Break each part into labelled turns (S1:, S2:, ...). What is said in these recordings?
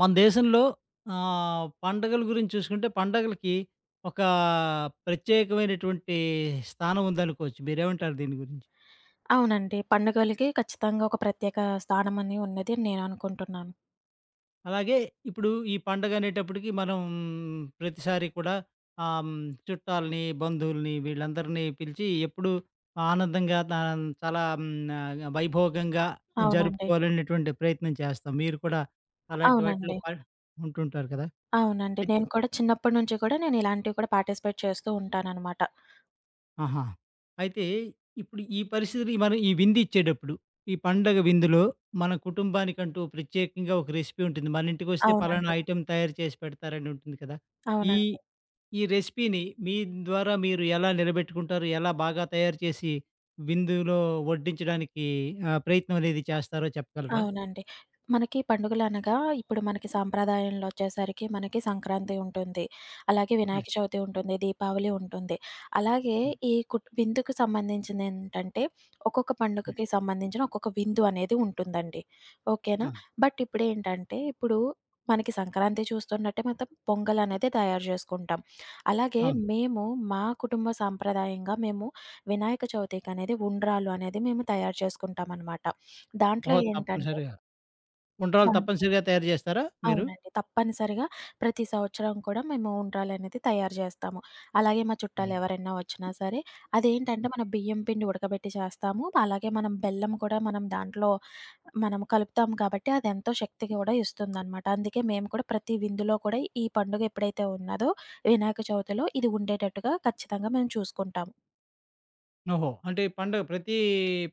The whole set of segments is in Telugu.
S1: మన దేశంలో పండగల గురించి చూసుకుంటే పండగలకి ఒక ప్రత్యేకమైనటువంటి స్థానం ఉందనుకోవచ్చు. మీరేమంటారు దీని గురించి?
S2: అవునండి. పండుగలకి ఖచ్చితంగా ఒక ప్రత్యేక స్థానమని ఉన్నది అని నేను అనుకుంటున్నాను.
S1: అలాగే ఇప్పుడు ఈ పండగ అనేటప్పటికి మనం ప్రతిసారి కూడా ఆహ్, హ్మ్, చుట్టాలని, బంధువుల్ని వీళ్ళందరినీ పిలిచి ఎప్పుడు ఆనందంగా చాలా వైభోగంగా
S2: అవునండి.
S1: జరుపుకోవాలనేటువంటి ప్రయత్నం చేస్తాం. మీరు కూడా అలాంటి వాటిలో
S2: అవునండి.
S1: ఉంటుంటారు కదా!
S2: అవునండి.
S1: అయితే
S2: నేను కూడా చిన్నప్పటి నుంచి కూడా నేను ఇలాంటివి కూడా పార్టిసిపేట్ చేస్తూ ఉంటాననమాట.
S1: ఆహా! అయితే ఇప్పుడు ఈ పరిస్థితిని మనం ఈ విందిచ్చేటప్పుడు, ఈ పండగ విందులో మన కుటుంబానికంటూ ప్రత్యేకంగా ఒక రెసిపీ ఉంటుంది. మన ఇంటికొస్తే పలానా
S2: అవునండి.
S1: ఐటెమ్ తయారు చేసి పెడతారని ఉంటుంది కదా! ఈ
S2: అవునండి.
S1: ఈ రెసిపీని మీ ద్వారా మీరు ఎలా నిలబెట్టుకుంటారు? ఎలా బాగా తయారు చేసి విందులో వడ్డించడానికి ప్రయత్నం అనేది చేస్తారో చెప్పగలరా?
S2: అవునండి. మనకి పండుగలనగా ఇప్పుడు మనకి సాంప్రదాయంలో వచ్చేసరికి మనకి సంక్రాంతి ఉంటుంది. అలాగే
S1: హ్మ్.
S2: వినాయక చవితి ఉంటుంది. దీపావళి ఉంటుంది. అలాగే
S1: హ్మ్.
S2: ఈ కుట్ విందుకు సంబంధించిందేంటంటే ఒక్కొక్క
S1: హ్మ్.
S2: పండుగకి సంబంధించిన ఒక్కొక్క విందు అనేది ఉంటుందండి. ఓకేనా?
S1: ఆ!
S2: బట్ ఇప్పుడు మనకి సంక్రాంతి చూస్తున్నట్టే మొత్తం పొంగలనేది తయారు జేసుకుంటాం. అలాగే
S1: అవును.
S2: మేము మా కుటుంబ సాంప్రదాయంగా మేము వినాయక చవితికనేది ఉండ్రాళ్ళు అనేది మేము తయారు చేసుకుంటామనమాట. దాంట్లో
S1: ఓహో!
S2: ఏంటంటే
S1: తప్పనిసరిగా. ఉండ్రాళ్ళు
S2: దాంట్లో
S1: తప్పనిసరిగా తయారు చేస్తారా మీరు?
S2: అవునండి. తప్పనిసరిగా ప్రతి సంవత్సరం కూడా మేము ఉండ్రాలనేది తయారు జేస్తాము. అలాగే మా
S1: హ్మ్.
S2: చుట్టాలెవరైనా వచ్చినా సరే, అదేంటంటే మనం బియ్యం పిండి ఉడకబెట్టి చేస్తాము. అలాగే మనం బెల్లం కూడా దాంట్లో మనం కలుపుతాం కాబట్టి అదెంతో శక్తి గూడా ఇస్తుందనమాట. అందుకే మేము కూడా ప్రతి విందులో కూడా ఈ పండుగ ఎప్పుడైతే ఉన్నదో వినాయక చవితిలో ఇది ఉండేటట్టుగా ఖచ్చితంగా మేము చూసుకుంటాము.
S1: ఓహో! అంటే ప్రతి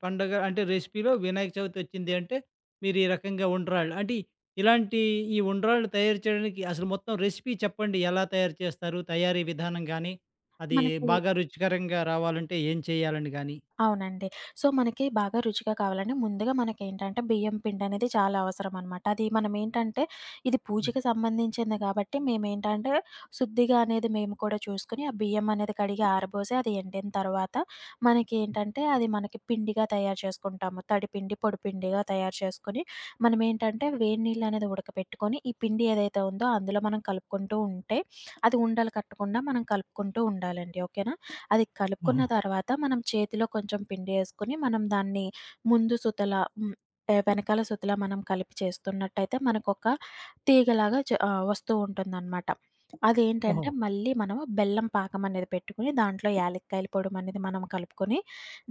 S1: పండగ అంటే రెసిపీలో వినాయక చవితి వచ్చింది అంటే, మీరు ఈ రకంగా ఉండ్రాళ్ళు అంటే ఇలాంటి ఈ ఉండ్రాళ్ళు తయారు చేయడానికి అసలు మొత్తం రెసిపీ చెప్పండి. ఎలా తయారు చేస్తారు? తయారీ విధానం గానీ, అది
S2: మనకి
S1: బాగా రుచికరంగా రావాలంటే ఏం చేయాలని గానీ?
S2: అవునండి. సో, మనకి బాగా రుచిగా కావాలంటే ముందుగా మనకేంటంటే బియ్యం పిండనేది చాలా అవసరమనమాట. అది మనమేంటంటే ఇది
S1: హ్మ్.
S2: పూజకి సంబంధించింది కాబట్టి మేమేంటంటే శుద్ధిగా అనేది మేము కూడా చూసుకొని ఆ బియ్యం అనేది కడిగి ఆరబోసి అది ఎండిన తర్వాత
S1: హ్మ్.
S2: మనకేంటంటే అది మనకి పిండిగా తయారు చేసుకుంటాము. తడిపిండి, పొడిపిండిగా తయారు చేసుకొని మనమేంటంటే వేడి నీళ్ళనేది ఉడకపెట్టుకొని ఈ పిండి ఏదైతే ఉందో అందులో మనం కలుపుకుంటూ ఉంటే అది ఉండలు కట్టకుండా మనం కలుపుకుంటూ ఉండాలండి. ఓకేనా? అది కలుపుకున్న
S1: ఓహో!
S2: తర్వాత మనం చేతిలో కొంచెం పిండి ఏసుకొని, మనం దాన్ని ముందు సుతలా వెనకాల సుతలా మనం కలిపి చేస్తున్నట్టయితే మనకొక తీగలాగా వస్తూ ఉంటుందనమాట.
S1: ఓహో!
S2: అదేంటంటే మళ్ళీ మనము బెల్లం పాకం అనేది పెట్టుకొని, దాంట్లో యాలక్కాయల పొడి అనేది మనం కలుపుకొని,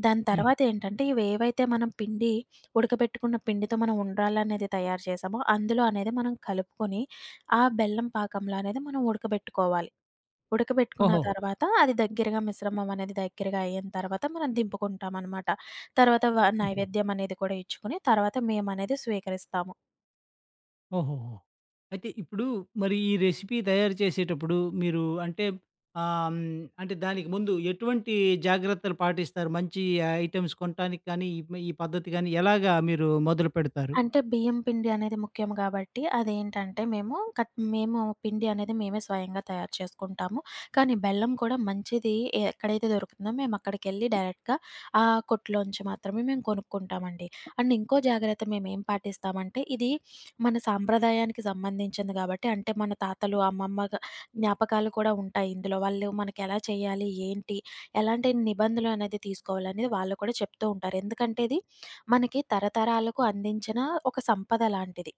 S2: దాని
S1: హ్మ్.
S2: తర్వాత ఏంటంటే ఇవేవైతే మనం పిండి ఉడకబెట్టుకున్న పిండితో మనం ఉండ్రాలనేది తయారు చేసామో, అందులో అనేది మనం కలుపుకొని, ఆ బెల్లం పాకంలో అనేది మనం ఉడకబెట్టుకోవాలి. ఉడకబెట్టుకున్న
S1: ఓహో!
S2: తర్వాత అది దగ్గరగా మిశ్రమం అనేది దగ్గరగా అయిన తర్వాత మనం దింపుకుంటామనమాట. తర్వాత నైవేద్యం అనేది కూడా ఇచ్చుకొని తర్వాత మేమనేది స్వీకరిస్తాము.
S1: ఓహోహో! అయితే ఇప్పుడు మరి ఈ రెసిపీ తయారు చేసేటప్పుడు మీరు అంటే ఆహ్, హ్మ్, అంటే దానికి ముందు ఎటువంటి జాగ్రత్తలు పాటిస్తారు? మంచి ఐటెమ్స్ కొనటానికి కానీ, ఈ ఈ పద్ధతి గాని ఎలాగా మీరు మొదలుపెడతారు?
S2: అంటే బియ్యం పిండి అనేది ముఖ్యం గాబట్టి, అదేంటంటే మేము పిండి అనేది మేమే స్వయంగా తయారు చేసుకుంటాము. కానీ బెల్లం కూడా మంచిది ఎక్కడైతే దొరుకుతుందో మేమక్కడికెళ్ళి డైరెక్ట్‌గా ఆ కొట్టులోంచి మాత్రమే మేము కొనుక్కుంటామండి. అండ్ ఇంకో జాగ్రత్త మేమేం పాటిస్తామంటే, ఇది మన సాంప్రదాయానికి సంబంధించింది గాబట్టి, అంటే మన తాతలు, అమ్మమ్మ జ్ఞాపకాలు కూడా ఉంటాయి ఇందులో. వాళ్ళు మనకెలా చేయాలి? ఏంటి? ఎలాంటి నిబంధనలు అనేది తీసుకోవాలనేది వాళ్ళు కూడా చెప్తూ ఉంటారు. ఎందుకంటే ఇది మనకి తరతరాలకు అందించిన ఒక సంపద లాంటిది.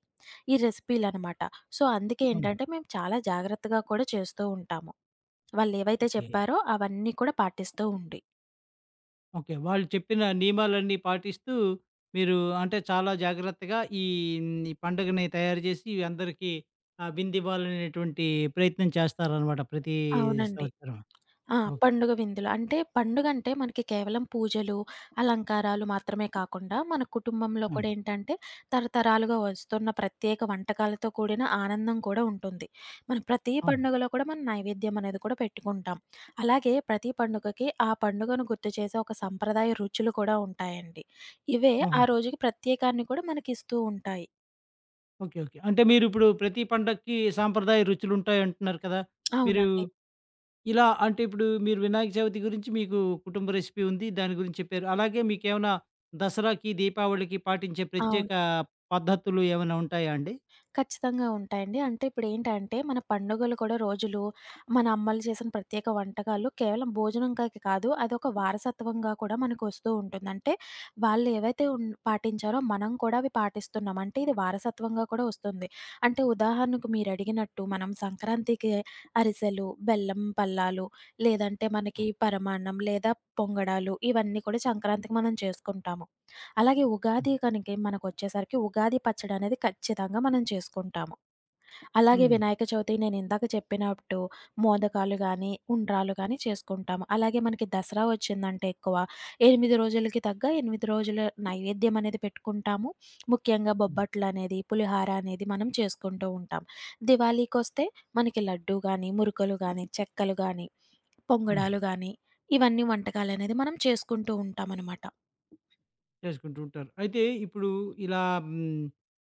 S2: ఈ రెసిపీలనమాట. సో, అందుకే
S1: అవును.
S2: ఏంటంటే మేము చాలా జాగ్రత్తగా కూడా చేస్తూ ఉంటాము. వాళ్ళేవైతే ఓకే.
S1: ఓకే.
S2: చెప్పారో అవన్నీ కూడా పాటిస్తూ ఉండి.
S1: ఓకే. వాళ్ళు చెప్పిన నియమాలన్నీ పాటిస్తూ మీరు అంటే చాలా జాగ్రత్తగా ఈ ఈ పండుగని తయారు చేసి అందరికీ విందివ్వాలనేటువంటి ప్రయత్నం చేస్తారనమాట ప్రతి
S2: అవునండి.
S1: సంవత్సరం.
S2: ఆ!
S1: ఓకే.
S2: పండుగ విందులు. అంటే పండుగంటే మనకి కేవలం పూజలు, అలంకారాలు మాత్రమే కాకుండా మన కుటుంబంలో
S1: హ్మ్.
S2: కూడా ఏంటంటే తరతరాలుగా వస్తున్న ప్రత్యేక వంటకాలతో కూడిన ఆనందం కూడా ఉంటుంది. మనం ప్రతి
S1: అవును.
S2: పండుగలో కూడా మనం నైవేద్యం అనేది కూడా పెట్టుకుంటాం. అలాగే ప్రతి పండుగకి ఆ పండుగను గుర్తు చేసే ఒక సంప్రదాయ రుచులు కూడా ఉంటాయండి. ఇవే
S1: ఓహో!
S2: ఆ రోజుకి ప్రత్యేకాన్ని కూడా మనకిస్తూ ఉంటాయి.
S1: ఓకే. ఓకే. అంటే మీరిప్పుడు ప్రతి పండక్కి సాంప్రదాయ రుచులుంటాయంటున్నారు కదా! మీరు
S2: అవునండి.
S1: ఇలా అంటే ఇప్పుడు మీరు వినాయక చవితి గురించి మీకు కుటుంబ రెసిపీ ఉంది. దాని గురించి చెప్పారు. అలాగే మీకేమైనా దసరాకి, దీపావళికి పాటించే ప్రత్యేక
S2: అవునండి.
S1: పద్ధతులు ఏమైనా ఉంటాయా అండి?
S2: ఖచ్చితంగా ఉంటాయండి. అంటే ఇప్పుడేంటంటే, మన పండుగలు కూడా రోజులు, మన అమ్మలు చేసిన ప్రత్యేక వంటకాలు కేవలం భోజనంకకి కాదు, అదొక వారసత్వంగా కూడా మనకొస్తూ ఉంటుంది. అంటే వాళ్ళు ఏవైతే పాటించారో మనం కూడా అవి పాటిస్తున్నాం. అంటే ఇది వారసత్వంగా కూడా వస్తుంది. అంటే ఉదాహరణకు మీరడిగినట్టు మనం సంక్రాంతికి అరిసెలు, బెల్లం పల్లాలు, లేదంటే మనకి పరమాన్నం లేదా పొంగడాలు ఇవన్నీ కూడా సంక్రాంతికి మనం చేసుకుంటాము. అలాగే ఉగాది కనుక మనకొచ్చేసరికి ఉగాది పచ్చడనేది ఖచ్చితంగా మనం చేసుకుంటాము. అలాగే
S1: హ్మ్.
S2: వినాయక చవితి నేనిందాక చెప్పినట్టు మోదకాలు గానీ, ఉండ్రాళ్ళు గానీ చేసుకుంటాము. అలాగే మనకి దసరా వచ్చిందంటే ఎక్కువ 8 రోజులకి తగ్గ 8 రోజుల నైవేద్యం అనేది పెట్టుకుంటాము. ముఖ్యంగా
S1: హ్మ్.
S2: బొబ్బట్లనేది, పులిహార అనేది మనం చేసుకుంటూ ఉంటాం. దివాళీకొస్తే మనకి లడ్డూ గానీ, మురుకులు గానీ, చెక్కలు గానీ,
S1: హ్మ్.
S2: పొంగడాలు గానీ, ఇవన్నీ వంటకాలనేది మనం చేసుకుంటూ ఉంటామనమాట.
S1: చేసుకుంటూ ఉంటారు. అయితే ఇప్పుడు ఇలా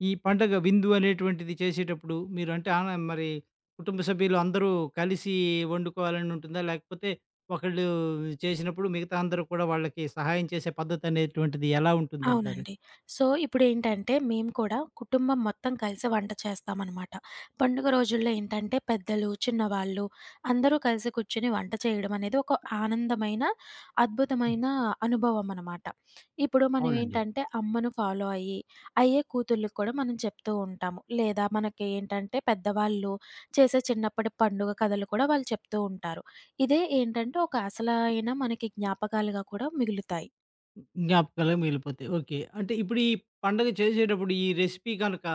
S1: ఈ పండగ విందు అనేటువంటిది చేసేటప్పుడు మీరు అంటే మరి కుటుంబ సభ్యులు అందరూ కలిసి వండుకోవాలని ఉంటుందా? లేకపోతే ఒకళ్ళు చేసినప్పుడు మిగతా అందరూ కూడా వాళ్ళకి సహాయం చేసే పద్ధతనేటువంటిది ఎలా ఉంటుందంటారు?
S2: అవునండి. సో, ఇప్పుడేంటంటే, మేము కూడా కుటుంబం మొత్తం కలిసి వంట చేస్తామనమాట. పండుగ రోజుల్లో ఏంటంటే, పెద్దలు, చిన్నవాళ్ళు అందరూ కలిసి కూర్చొని వంట చేయడమనేది ఒక ఆనందమైన, అద్భుతమైన అనుభవమనమాట. ఇప్పుడు
S1: అవునండి.
S2: మనమేంటంటే, అమ్మను ఫాలో అయ్యి, అయ్యే కూతుళ్ళకి కూడా మనం చెప్తూ ఉంటాము. లేదా మనకి ఏంటంటే, పెద్దవాళ్ళు చేసే చిన్నప్పటి పండుగ కథలు కూడా వాళ్ళు చెప్తూ ఉంటారు. ఇదే ఏంటంటే, ఒక అసలైన మనకి జ్ఞాపకాలుగా కూడా మిగులుతాయి.
S1: జ్ఞాపకాలుగా మిగిలిపోతాయి. ఓకే. అంటే ఇప్పుడు ఈ పండగ చేసేటప్పుడు ఈ రెసిపీ గనక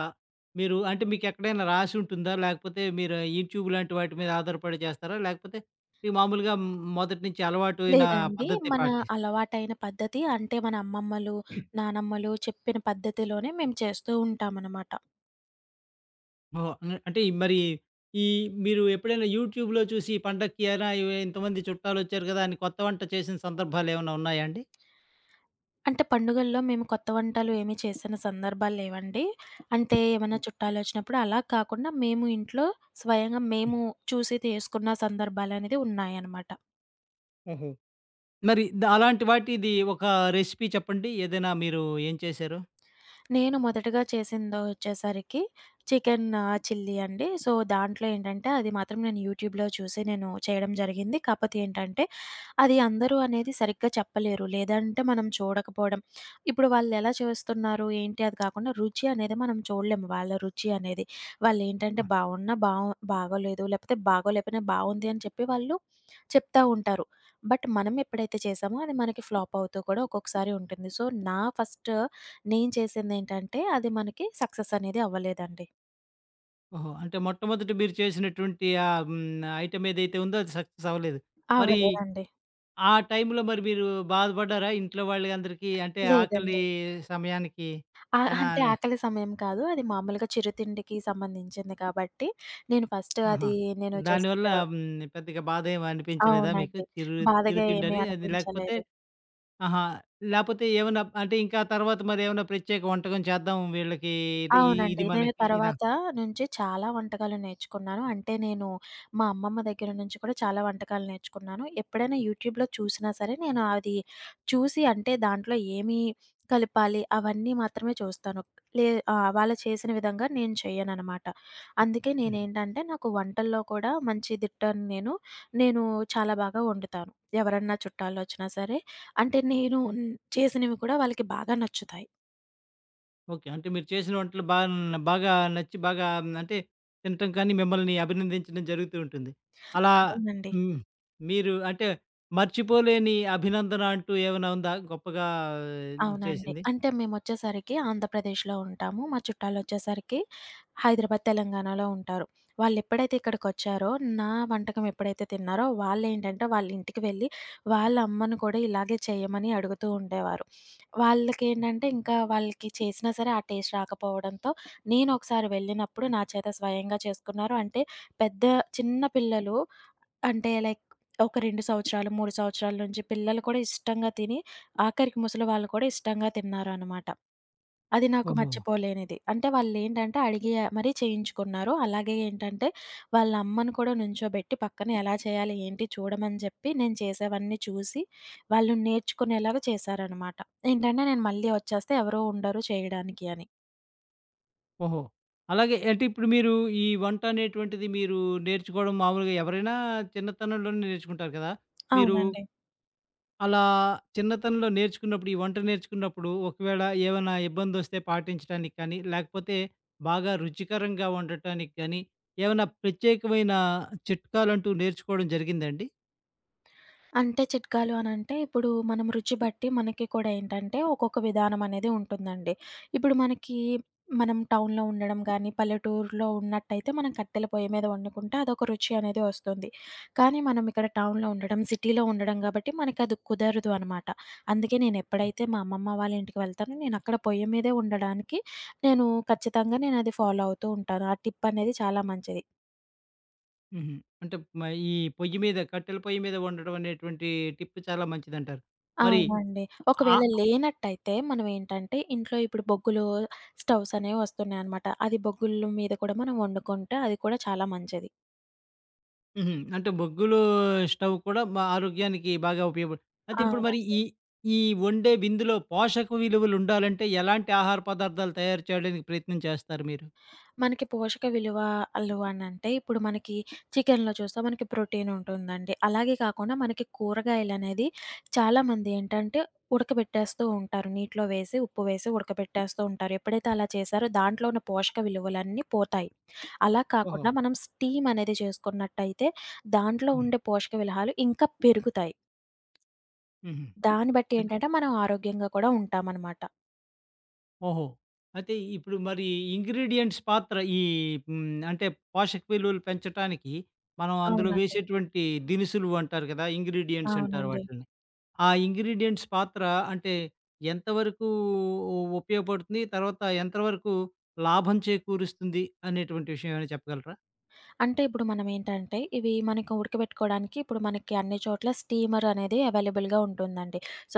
S1: మీరు అంటే మీకెక్కడైనా రాసుంటుందా? లేకపోతే మీరు యూట్యూబ్ లాంటి వాటి మీద ఆధారపడి చేస్తారా? లేకపోతే మీకు మామూలుగా మొదటి నుంచి అలవాటు అయిన
S2: లేదండి.
S1: పద్ధతి
S2: మన అలవాటైన పద్ధతి అంటే మన అమ్మమ్మలు, నానమ్మలు చెప్పిన పద్ధతిలోనే మేము చేస్తూ ఉంటామనమాట.
S1: ఓహ్! అంటే ఈ మీరు ఎప్పుడైనా యూట్యూబ్‌లో చూసి ఈ పండక్కి ఏరా ఇవి ఇంతమంది చుట్టాలొచ్చారు గదా! అని కొత్త వంట చేసిన సందర్భాలేమన్నా ఉన్నాయా అండి?
S2: అంటే పండుగల్లో మేము కొత్త వంటలు ఏమి చేసిన సందర్భాలు లేవండి. అంటే ఏమన్నా చుట్టాలొచ్చినప్పుడు అలా కాకుండా మేము ఇంట్లో స్వయంగా మేము చూసి చేసుకున్న సందర్భాలనేది ఉన్నాయనమాట.
S1: ఓహో! మరి అలాంటి వాటిది ఒక రెసిపీ చెప్పండి. ఏదైనా మీరు ఏం చేశారో?
S2: నేను మొదటగా చేసిందొచ్చేసరికి చికెన్ చిల్లీ అండి. సో, దాంట్లో ఏంటంటే అది మాత్రం నేను యూట్యూబ్‌లో చూసి నేను చేయడం జరిగింది. కాపోతే ఏంటంటే, అది అందరూ అనేది సరిగ్గా చెప్పలేరు. లేదంటే మనం చూడకపోవడం. ఇప్పుడు వాళ్ళెలా చేస్తున్నారు, ఏంటి అది కాకుండా రుచి అనేది మనం చూడలేము. వాళ్ళ రుచి అనేది. వాళ్ళేంటంటే
S1: ఆ!
S2: బావున్నా బావు బాగోలేదు. లేపోతే బాగోలేపోయినా బావుంది అని చెప్పి వాళ్ళు చెప్తా ఉంటారు. బట్ మనం ఎప్పుడైతే చేసామో అది మనకి ఫ్లాప్ అవుతూ కూడా ఒక్కొక్కసారి ఉంటుంది. సో, నా ఫస్ట్ నేను చేసిందేంటంటే, అది మనకి సక్సెస్ అనేది అవ్వలేదండి.
S1: ఓహో! అంటే మొట్టమొదట మీరు చేసినటువంటి ఆహ్, హ్మ్. ఐటెమ్ ఏదైతే ఉందో అది సక్సెస్ అవ్వలేదు. మరి
S2: అవ్వలేదండి.
S1: ఆ టైంలో మరి మీరు బాధపడ్డారా? ఇంట్లో వాళ్ళందరికీ అంటే
S2: లేదండి.
S1: ఆకలి సమయానికి ఎలా
S2: అంటే
S1: అని
S2: ఆకలి సమయం కాదు. అది మామూలుగా చిరుతిండికి సంబంధించింది కాబట్టి, నేను ఫస్ట్
S1: ఆహా!
S2: అది నేను
S1: దానివల్ల
S2: జస్ట్
S1: పెద్దగా బాధేం అనిపించలేదా మీకు?
S2: అవునండి. బాధగా ఏమీ
S1: చిరుతిండని అది లేకపోతే
S2: అనిపించలేదు.
S1: ఆహా! లేపోతే ఏమన్నా అంటే ఇంకా తర్వాత మరేమన్నా ప్రత్యేక వంటకం చేద్దాం వీళ్ళకి ఇది
S2: అవునండి.
S1: ఇది
S2: నేను
S1: మనకి ఇలా
S2: తర్వాత నుంచి చాలా వంటకాలు నేర్చుకున్నాను. అంటే నేను మా అమ్మమ్మ దగ్గర నుంచి కూడా చాలా వంటకాలు నేర్చుకున్నాను. ఎప్పుడైనా యూట్యూబ్‌లో చూసినా సరే నేను అది చూసి అంటే దాంట్లో ఏమి కలపాలి అవన్నీ మాత్రమే చూస్తాను. లే వాళ్ళు చేసిన విధంగా నేను చెయ్యననమాట. అందుకే నేనేంటంటే నాకు వంటల్లో కూడా మంచి దిట్టను నేను. నేను చాలా బాగా వండుతాను. ఎవరన్నా చుట్టాలొచ్చినా సరే అంటే నేను చేసినవి కూడా వాళ్ళకి బాగా నచ్చుతాయి.
S1: ఓకే. అంటే మీరు చేసిన వంటలు బాగా నచ్చి బాగా అంటే తినటం కానీ, మిమ్మల్ని అభినందించడం జరుగుతూ ఉంటుంది. అలా
S2: అవునండి.
S1: హ్మ్. మీరు అంటే మర్చిపోలేని అభినందన అంటూ ఏమైనా ఉందా? గొప్పగా ఆ,
S2: అవునండి.
S1: చేసింది?
S2: అంటే మేమొచ్చేసరికి ఆంధ్రప్రదేశ్‌లో ఉంటాము. మా చుట్టాలొచ్చేసరికి హైదరాబాద్, తెలంగాణలో ఉంటారు. వాళ్ళెప్పుడైతే ఇక్కడికొచ్చారో, నా వంటకం ఎప్పుడైతే తిన్నారో వాళ్ళేంటంటే, వాళ్ళింటికి వెళ్ళి వాళ్ళ అమ్మను కూడా ఇలాగే చేయమని అడుగుతూ ఉండేవారు. వాళ్ళకేంటంటే, ఇంకా వాళ్ళకి చేసినా సరే ఆ టేస్ట్ రాకపోవడంతో, నేనొకసారి వెళ్ళినప్పుడు నా చేత స్వయంగా చేసుకున్నారు. అంటే పెద్ద చిన్న పిల్లలు అంటే లైక్ ఒక 2 సంవత్సరాలు, 3 సంవత్సరాల నుంచి పిల్లలు కూడా ఇష్టంగా తిని, ఆఖరికి ముసలి వాళ్ళు కూడా ఇష్టంగా తిన్నారనమాట. అది నాకు
S1: ఓహో!
S2: మర్చిపోలేనిది. అంటే వాళ్ళేంటంటే అడిగి మరీ చేయించుకున్నారు. అలాగే ఏంటంటే వాళ్ళ అమ్మను కూడా నుంచోబెట్టి పక్కన ఎలా చేయాలి, ఏంటి చూడమని చెప్పి నేను చేసేవన్నీ చూసి వాళ్ళు నేర్చుకునేలాగా చేశారనమాట. ఏంటంటే నేను మళ్ళీ వచ్చేస్తే ఎవరు ఉండరు చేయడానికి అని.
S1: ఓహో! అలాగే అంటే ఇప్పుడు మీరు ఈ వంట అనేటువంటిది మీరు నేర్చుకోవడం మామూలుగా ఎవరైనా చిన్నతనంలోనే నేర్చుకుంటారు కదా! మీరు
S2: అవునండి.
S1: అలా చిన్నతనంలో నేర్చుకున్నప్పుడు, ఈ వంట నేర్చుకున్నప్పుడు ఒకవేళ ఏమైనా ఇబ్బందొస్తే పాటించడానికి కానీ, లేకపోతే బాగా రుచికరంగా వండటానికి కానీ, ఏమైనా ప్రత్యేకమైన చిట్కాలంటూ నేర్చుకోవడం జరిగిందాండి?
S2: అంటే చిట్కాలు అనంటే, ఇప్పుడు మనం రుచి బట్టి మనకి కూడా ఏంటంటే, ఒక్కొక్క విధానం అనేది ఉంటుందండి. ఇప్పుడు మనకి మనం టౌన్‌లో ఉండడం గానీ, పల్లెటూరులో ఉన్నట్టయితే మనం కట్టెల పొయ్యి మీద వండుకుంటే అదొక రుచి అనేది వస్తుంది. కానీ మనం ఇక్కడ టౌన్‌లో ఉండడం, సిటీలో ఉండడం గాబట్టి మనకది కుదరదు అనమాట. అందుకే నేనెప్పుడైతే మా అమ్మమ్మ వాళ్ళ ఇంటికి వెళ్తానో, నేనక్కడ పొయ్యి మీదే వండడానికి నేను ఖచ్చితంగా నేనది ఫాలో అవుతూ ఉంటాను. ఆ టిప్ అనేది చాలా మంచిది.
S1: హుహు. అంటే మ ఈ పొయ్యి మీద కట్టెల పొయ్యి మీద వండడం అనేటువంటి టిప్ చాలా మంచిదంటారు. మరి
S2: అవునండి.
S1: ఆ
S2: ఒకవేళ లేనట్టయితే మనమేంటంటే, ఇంట్లో ఇప్పుడు బొగ్గులు స్టవ్స్ అనేవి వస్తున్నాయనమాట. అది బొగ్గుల మీద కూడా మనం వండుకుంటే అది కూడా చాలా మంచిది.
S1: హుహు. అంటే బొగ్గులు స్టవ్ కూడా మా ఆరోగ్యానికి బాగా ఉపయోగపడు అయితే ఇప్పుడు మరి
S2: అవునండి.
S1: ఈ ఈ వండే విందులో పోషక విలువలు ఉండాలంటే ఎలాంటి ఆహార పదార్థాలు తయారు చేయడానికి ప్రయత్నం చేస్తారు మీరు?
S2: మనకి పోషక విలువలు అనంటే, ఇప్పుడు మనకి చికెన్‌లో చూస్తే మనకి ప్రోటీన్ ఉంటుందండి. అలాగే కాకుండా మనకి కూరగాయలనేది చాలామంది ఏంటంటే, ఉడకబెట్టేస్తూ ఉంటారు. నీటిలో వేసి, ఉప్పు వేసి ఉడకబెట్టేస్తూ ఉంటారు. ఎప్పుడైతే అలా చేశారో దాంట్లో ఉన్న పోషక విలువలన్నీ పోతాయి. అలా
S1: ఓహో!
S2: కాకుండా మనం స్టీమ్ అనేది చేసుకున్నట్టయితే, దాంట్లో
S1: హ్మ్.
S2: ఉండే పోషక విలహాలు ఇంకా పెరుగుతాయి.
S1: హుహు.
S2: దాన్ని బట్టి
S1: అన్
S2: ఏంటంటే, మనం ఆరోగ్యంగా కూడా ఉంటామనమాట.
S1: ఓహో! అయితే ఇప్పుడు మరి ఇంగ్రీడియెంట్స్ పాత్ర ఈ హ్మ్. అంటే పోషక విలువలు పెంచటానికి మనం అందులో
S2: అవునండి.
S1: వేసేటువంటి దినుసులు అంటారు కదా! ఇంగ్రీడియెంట్స్ అంటారు
S2: అవునండి.
S1: వాటిల్ని. ఆ ఇంగ్రీడియెంట్స్ పాత్ర అంటే ఎంతవరకు ఉపయోగపడుతుంది? తర్వాత ఎంతవరకు లాభం చేకూరుస్తుంది అనేటువంటి విషయం ఏమైనా చెప్పగలరా?
S2: అంటే ఇప్పుడు మనమేంటంటే, ఇవి మనకి ఉడకబెట్టుకోవడానికి ఇప్పుడు మనకి అన్ని చోట్ల స్టీమర్ అనేది అవైలబుల్‌గా ఉంటుందండి. సో,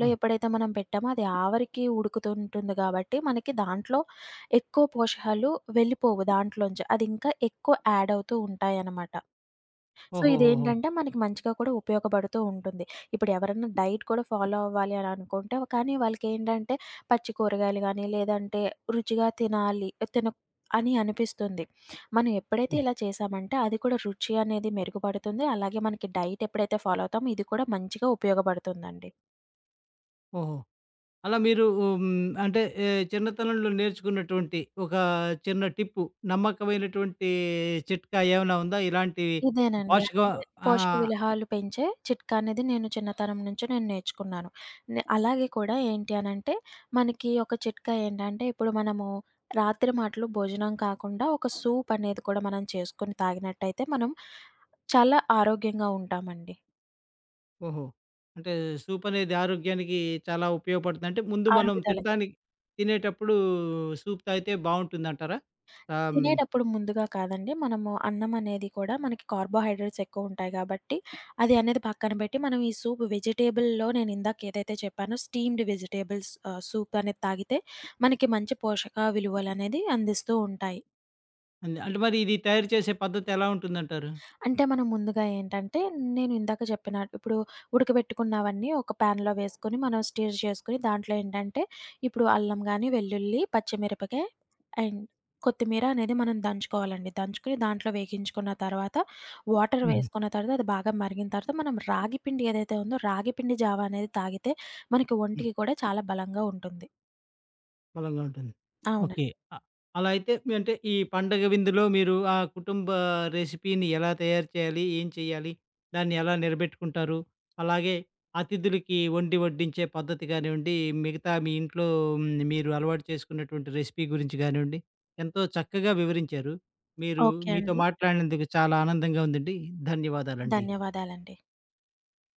S1: ఆ!
S2: ఎప్పుడైతే మనం పెట్టామో అది ఆవిరికి ఉడుకుతూ ఉంటుంది కాబట్టి, మనకి దాంట్లో ఎక్కువ పోషకాలు వెళ్ళిపోవు దాంట్లోంచి. అది ఇంకా ఎక్కువ యాడ్ అవుతూ ఉంటాయనమాట. సో,
S1: ఓహోహోహో!
S2: ఇదేంటంటే మనకి మంచిగా కూడా ఉపయోగపడుతూ ఉంటుంది. ఇప్పుడు ఎవరైనా డైట్ కూడా ఫాలో అవ్వాలి అని అనుకుంటే కానీ వాళ్ళకేంటంటే పచ్చి కూరగాయలు గానీ, లేదంటే రుచిగా తినాలి తిన అని అనిపిస్తుంది. మనం ఎప్పుడైతే
S1: హ్మ్.
S2: ఇలా చేసామంటే అది కూడా రుచి అనేది మెరుగుపడుతుంది. అలాగే మనకి డైట్ ఎప్పుడైతే ఫాలో అవుతామో ఇది కూడా మంచిగా ఉపయోగపడుతుందండి.
S1: ఓహో! అలా మీరు అంటే చిన్నతనంలో నేర్చుకున్నటువంటి ఒక చిన్న టిప్పు, నమ్మకమైనటువంటి చిట్కా ఏమైనా ఉందా? ఇలాంటి
S2: ఇదేనండి.
S1: పోషక
S2: అంటే
S1: ఆ!
S2: పోషక విలువలు పెంచే చిట్కా అనేది నేను చిన్నతనం నుంచి నేను నేర్చుకున్నాను. అలాగే కూడా ఏంటి అనంటే మనకి ఒక చిట్కా ఏంటంటే ఇప్పుడు మనము రాత్రి మాటలు భోజనం కాకుండా ఒక సూప్ అనేది కూడా మనం చేసుకొని తాగినట్టయితే మనం చాలా ఆరోగ్యంగా ఉంటామండి.
S1: ఓహో! అంటే సూప్ అనేది ఆరోగ్యానికి చాలా ఉపయోగపడుతుంది. అంటే ముందు మనం
S2: అరుగుదల
S1: తినేటప్పుడు సూప్ తాగితే బావుంటుందంటారా? ఆహ్, హ్మ్.
S2: తినేటప్పుడు ముందుగా కాదండి. మనము అన్నం అనేది కూడా మనకి కార్బోహైడ్రేట్స్ ఎక్కువుంటాయి గాబట్టి, అది అనేది పక్కన బెట్టి, మనం ఈ సూప్ వెజిటబుల్‌లో నేను ఇందాక ఏదైతే చెప్పానో స్టీమ్డ్ వెజిటబుల్స్ సూప్ అనేది తాగితే మనకి మంచి పోషక విలువలనేది అందిస్తూ ఉంటాయి.
S1: అంటే మరి ఇది తయారు చేసే పద్ధతి ఎలా ఉంటుందంటారు?
S2: అంటే మనం ముందుగా ఏంటంటే, నేను ఇందాక చెప్పిన ఇప్పుడు ఉడకబెట్టుకున్నవన్నీ ఒక ప్యాన్‌లో వేసుకొని, మనం స్టీర్ చేసుకొని, దాంట్లో ఏంటంటే, ఇప్పుడు అల్లం గాని, వెల్లుల్లి, పచ్చిమిరపకాయ అండ్ కొత్తిమీర అనేది మనం దంచుకోవాలండి. దంచుకొని దాంట్లో వేగించుకున్న తర్వాత, వాటర్
S1: హుహు.
S2: వేసుకున్న తర్వాత అది బాగా మరిగిన తర్వాత, మనం రాగి పిండి ఏదైతే ఉందో, రాగి పిండి జావా అనేది తాగితే మనకి ఒంటికి కూడా చాలా బలంగా ఉంటుంది.
S1: బలంగా ఉంటుంది. ఓకే.
S2: అవునండి.
S1: అ అలా అయితే మీ అంటే ఈ పండగ విందులో మీరు ఆ కుటుంబ రెసిపీని ఎలా తయారు చేయాలి? ఏం చేయాలి? దాన్ని ఎలా నిలబెట్టుకుంటారు? అలాగే అతిథులకి వండి వడ్డించే పద్ధతి కానివ్వండి, మిగతా మీ ఇంట్లో మీరు అలవాటు చేసుకున్నటువంటి రెసిపీ గురించి కానివ్వండి, ఎంతో చక్కగా వివరించారు. మీరు
S2: ఓకే
S1: మీతో
S2: అండి.
S1: మాట్లాడినందుకు చాలా ఆనందంగా ఉందండి. ధన్యవాదాలండి.
S2: ధన్యవాదాలండి.